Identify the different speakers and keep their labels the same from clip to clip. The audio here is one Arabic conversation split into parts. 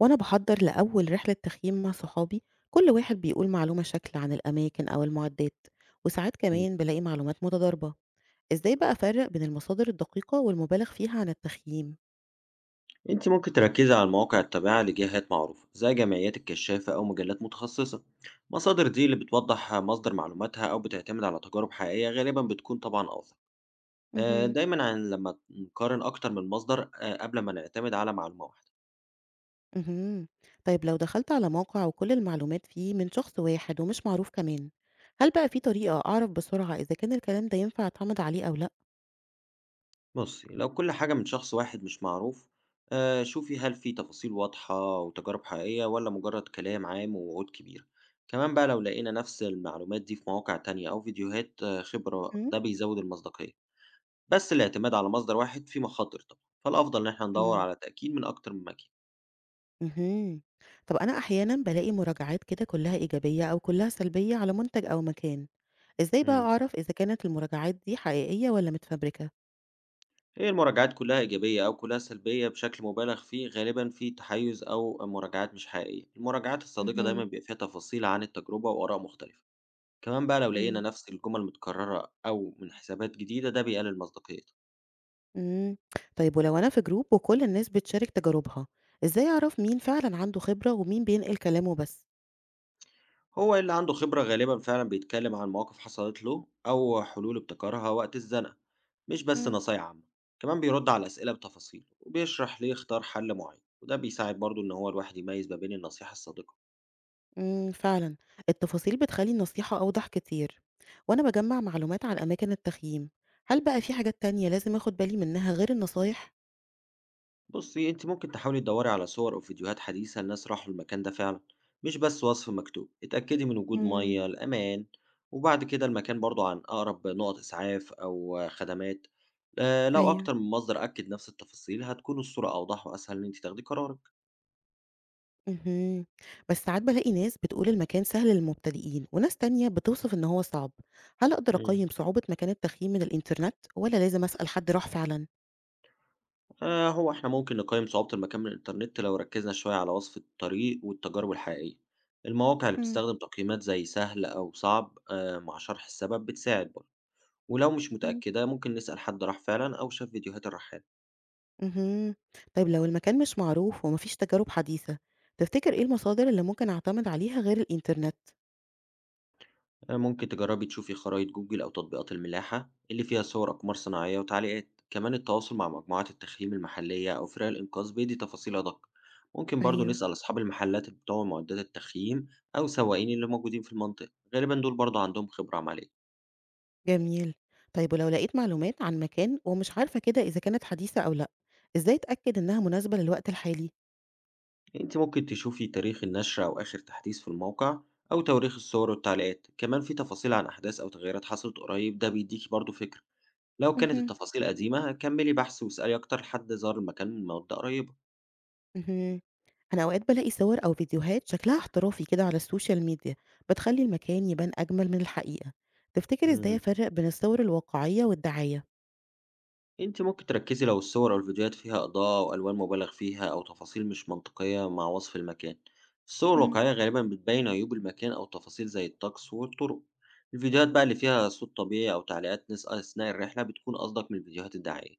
Speaker 1: وأنا بحضر لأول رحلة تخييم مع صحابي. كل واحد بيقول معلومة شكل عن الأماكن أو المعدات، وساعات
Speaker 2: إمم.
Speaker 1: كمان بلاقي معلومات متضاربة. إزاي بقى أفرق بين المصادر الدقيقة والمبالغ فيها عن التخييم؟
Speaker 2: أنتِ ممكن تركّزي على مواقع التابعة لجهات معروفة، زي جمعيات الكشافة أو مجلات متخصصة. المصادر دي اللي بتوضّح مصدر معلوماتها أو بتعتمد على تجارب حقيقية، غالبًا بتكون طبعًا أوثق.
Speaker 1: مهم.
Speaker 2: دايمًا عن لمّا نقارن أكتر من مصدر قبل ما نعتمد على معلومة واحدة.
Speaker 1: مهم. طيب لو دخلت على موقع وكل المعلومات فيه من شخص واحد ومش معروف كمان، هل بقى في طريقة أعرف بسرعة إذا كان الكلام ده ينفع أعتمد عليه أو لأ؟
Speaker 2: بُصّي، لو كل حاجة من شخص واحد مش معروف، شوفي هل في تفاصيل واضحة وتجارب حقيقية والّا مجرد كلام عام ووعود كبيرة. كمان بقى لو لقينا نفس المعلومات دي في مواقع تانية أو فيديوهات خبرة،
Speaker 1: مم؟
Speaker 2: ده بيزوّد المصداقية. بس الاعتماد على مصدر واحد فيه مخاطر طبعا، فالأفضل إن إحنا ندور
Speaker 1: مم.
Speaker 2: على تأكيد من أكتر من مكان.
Speaker 1: مهم. طب أنا أحيانا بلاقي مراجعات كده كلها إيجابية أو كلها سلبية على منتج أو مكان، إزاي بقى
Speaker 2: مم.
Speaker 1: أعرف إذا كانت المراجعات دي حقيقية والّا متفبركة؟
Speaker 2: هي المراجعات كلها إيجابية أو كلها سلبية بشكل مبالغ فيه غالبا فيه تحيز أو مراجعات مش حقيقية. المراجعات الصادقة دايما
Speaker 1: اهم،
Speaker 2: بيبقى فيها تفاصيل عن التجربة وآراء مختلفة. كمان بقى لو لقينا
Speaker 1: إمم.
Speaker 2: نفس الجمل متكررة أو من حسابات جديدة ده بيقلل مصداقيتها.
Speaker 1: إمم، طيب ولو أنا في جروب وكل الناس بتشارك تجاربها، إزاي أعرف مين فعلًا عنده خبرة ومين بينقل كلامه بس؟
Speaker 2: هو اللي عنده خبرة غالبا فعلا بيتكلم عن مواقف حصلت له أو حلول ابتكرها وقت الزنقة، مش بس
Speaker 1: إمم.
Speaker 2: نصايح عامة. كمان بيرد على الأسئلة بتفاصيل وبيشرح ليه اختار حل معين، وده بيساعد برضه إن هو الواحد يميز ما بين النصيحة الصادقة.
Speaker 1: إمم، فعلًا التفاصيل بتخلّي النصيحة أوضح كتير، وأنا باجمّع معلومات عن أماكن التخييم، هل بقى في حاجات تانية لازم آخد بالي منها غير النصايح؟
Speaker 2: بصي، انت ممكن تحاولي تدوري على صور او فيديوهات حديثة لناس راحوا المكان ده فعلا، مش بس وصف مكتوب. اتأكدي من وجود
Speaker 1: إمم.
Speaker 2: مية الأمان، وبعد كده المكان برضو عن أقرب نقط إسعاف أو خدمات. لو
Speaker 1: أيوه.
Speaker 2: أكتر من مصدر أكد نفس التفاصيل هتكون الصورة أوضح وأسهل إن انت تاخدي قرارك.
Speaker 1: اهم. بس ساعات بالاقي ناس بتقول المكان سهل للمبتدئين وناس تانية بتوصف إن هو صعب، هل أقدر
Speaker 2: مم.
Speaker 1: أقيم صعوبة مكان التخييم من الإنترنت ولا لازم أسأل حد راح فعلًا؟
Speaker 2: هو احنا ممكن نقيم صعوبة المكان من الإنترنت لو ركزنا شوية على وصف الطريق والتجارب الحقيقية. المواقع اللي
Speaker 1: مم.
Speaker 2: بتستخدم تقييمات زي سهل أو صعب مع شرح السبب بتساعد برضو. ولو مش
Speaker 1: مم.
Speaker 2: متأكدة ممكن نسأل حد راح فعلا أو شاف فيديوهات الرحالة.
Speaker 1: اهم. طيب لو المكان مش معروف ومفيش تجارب حديثة، تفتكر إيه المصادر اللي ممكن أعتمد عليها غير الإنترنت؟
Speaker 2: ممكن تجربي تشوفي خرائط جوجل أو تطبيقات الملاحة اللي فيها صور أقمار صناعية وتعليقات. كمان التواصل مع مجموعات التخييم المحلية أو فرق الإنقاذ بيدي تفاصيل أدق. ممكن برضو
Speaker 1: أيوه.
Speaker 2: نسأل أصحاب المحلات اللي بتوع معدات التخييم، أو سواقين اللي موجودين في المنطقة، غالبا دول برضو عندهم خبرة عملية.
Speaker 1: جميل. طيب ولو لقيت معلومات عن مكان ومش عارفة كده إذا كانت حديثة أو لأ، إزاي أتأكد إنها مناسبة للوقت الحالي؟
Speaker 2: أنت ممكن تشوفي تاريخ النشر أو آخر تحديث في الموقع، أو تواريخ الصور والتعليقات. كمان في تفاصيل عن أحداث أو تغييرات حصلت قريب، ده بيديكي برضو فكرة. لو كانت
Speaker 1: مهم.
Speaker 2: التفاصيل قديمة كمّلي بحث واسألي أكتر حد زار المكان من مدة قريبة.
Speaker 1: اهم. أنا أوقات بالاقي صور أو فيديوهات شكلها احترافي كده على السوشيال ميديا، بتخلّي المكان يبان أجمل من الحقيقة. تفتكر إزاي
Speaker 2: امم.
Speaker 1: أفرّق بين الصور الواقعية والدعاية؟
Speaker 2: أنتِ ممكن تركّزي لو الصور أو الفيديوهات فيها إضاءة وألوان مُبالغ فيها أو تفاصيل مش منطقية مع وصف المكان. الصور
Speaker 1: إمم.
Speaker 2: الواقعية غالبًا بتبيّن عيوب المكان أو تفاصيل زي الطقس والطرق. الفيديوهات بقى اللي فيها صوت طبيعي أو تعليقات ناس أثناء الرحلة بتكون أصدق من الفيديوهات الدعائية.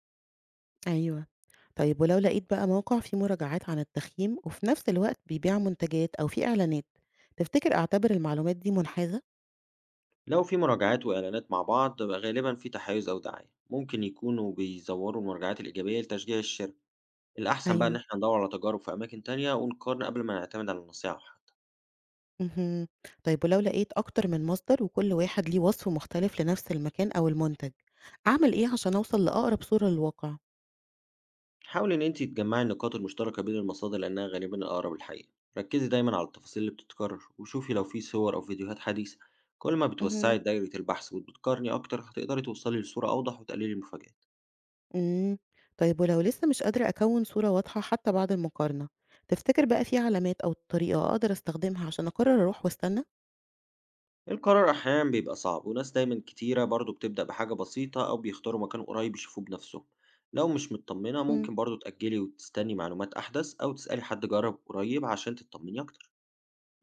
Speaker 1: أيوه. طيب ولو لقيت بقى موقع فيه مراجعات عن التخييم وفي نفس الوقت بيبيع منتجات أو فيه إعلانات، تفتكر أعتبر المعلومات دي منحازة؟
Speaker 2: لو في مراجعات وإعلانات مع بعض غالبًا في تحيُّز أو دعاية، ممكن يكونوا بيزوّروا المراجعات الإيجابية لتشجيع الشركة. الأحسن بقى إن
Speaker 1: أيوه.
Speaker 2: إحنا ندوّر على تجارب في أماكن تانية ونقارن قبل ما نعتمد على النصيحة حتى.
Speaker 1: اهم. طيب ولو لقيت أكتر من مصدر وكل واحد ليه وصف مختلف لنفس المكان أو المنتج، أعمل إيه عشان أوصل لأقرب صورة للواقع؟
Speaker 2: حاولي إن أنتِ تجمّعي النقاط المشتركة بين المصادر لأنها غالبًا الأقرب للحقيقة. ركّزي دايمًا على التفاصيل اللي بتتكرر، وشوفي لو في صور أو فيديوهات حديثة. كل ما بتوسّعي
Speaker 1: اهم.
Speaker 2: دايرة البحث وبتقارني أكتر، هتقدري توصلي لصورة أوضح وتقللي المفاجآت.
Speaker 1: إمم. طيب ولو لسه مش قادرة أكوّن صورة واضحة حتّى بعد المقارنة، تفتكر بقى في علامات أو طريقة أقدر أستخدمها عشان أقرّر أروح وأستنى؟
Speaker 2: القرار أحيانًا بيبقى صعب، وناس دايمًا كتيرة برضه بتبدأ بحاجة بسيطة أو بيختاروا مكان قريب يشوفوه بنفسهم. لو مش متطمنة
Speaker 1: إمم.
Speaker 2: ممكن برضه تأجّلي وتستني معلومات أحدث أو تسألي حد جرب قريب عشان تتطمني أكتر.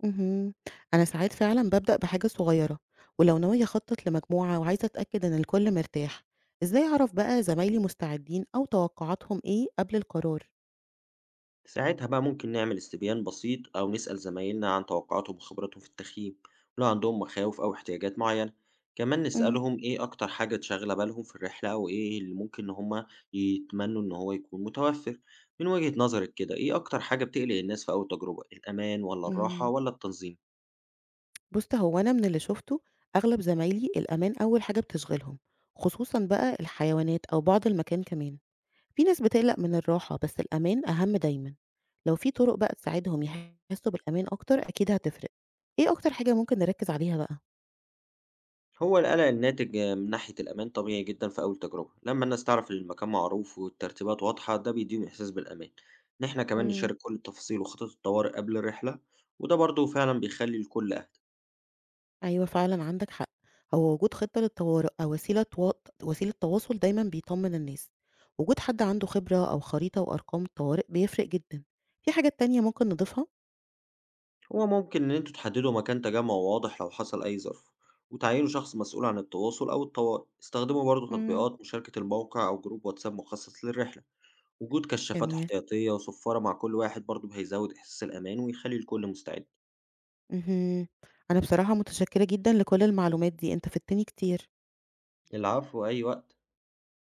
Speaker 1: اهم. أنا ساعات فعلًا بابدأ بحاجة صغيرة، ولو ناوية أخطّط لمجموعة وعايزة أتأكد إن الكل مرتاح، إزاي أعرف بقى زمايلي مستعدين أو توقعاتهم إيه قبل القرار؟
Speaker 2: ساعتها بقى ممكن نعمل استبيان بسيط أو نسأل زمايلنا عن توقعاتهم وخبراتهم في التخييم، ولو عندهم مخاوف أو احتياجات معينة. كمان
Speaker 1: إمم.
Speaker 2: نسألهم إيه أكتر حاجة شاغلة بالهم في الرحلة أو إيه اللي ممكن إن هما يتمنوا إن هو يكون متوفر. من وجهة نظرك كده إيه أكتر حاجة بتقلق الناس في أول تجربة، الأمان ولا الراحة
Speaker 1: إمم.
Speaker 2: ولا التنظيم؟
Speaker 1: بُص، هو أنا من اللي شُفته أغلب زمايلي الأمان أول حاجة بتشغلهم، خصوصًا بقى الحيوانات أو بعض المكان كمان. في ناس بتقلق من الراحة بس الأمان أهم دايما. لو في طرق بقى تساعدهم يحسوا بالأمان أكتر أكيد هتفرق. إيه أكتر حاجة ممكن نركز عليها بقى؟
Speaker 2: هو القلق الناتج من ناحية الأمان طبيعي جدا في أول تجربة، لما الناس تعرف إن المكان معروف والترتيبات واضحة ده بيديهم إحساس بالأمان، إن إحنا كمان
Speaker 1: مم.
Speaker 2: نشارك كل التفاصيل وخطط الطوارئ قبل الرحلة وده برضه فعلا بيخلي الكل أهدى.
Speaker 1: أيوة فعلا عندك حق. هو وجود خطة للطوارئ أو وسيلة تواصل دايما بيطمن الناس. وجود حد عنده خبرة أو خريطة وأرقام الطوارئ بيفرق جدا. في حاجات تانية ممكن نضيفها؟
Speaker 2: هو ممكن إن أنتوا تحددوا مكان تجمع واضح لو حصل أي ظرف، وتعينوا شخص مسؤول عن التواصل أو الطوارئ، استخدموا برضه
Speaker 1: مم.
Speaker 2: تطبيقات مشاركة الموقع أو جروب واتساب مخصص للرحلة، وجود كشافات
Speaker 1: جميل.
Speaker 2: احتياطية وصفارة مع كل واحد برضه هيزود إحساس الأمان ويخلي الكل مستعد.
Speaker 1: مهم. أنا بصراحة متشكرة جدا لكل المعلومات دي، أنت فدتني كتير.
Speaker 2: العفو، أي وقت.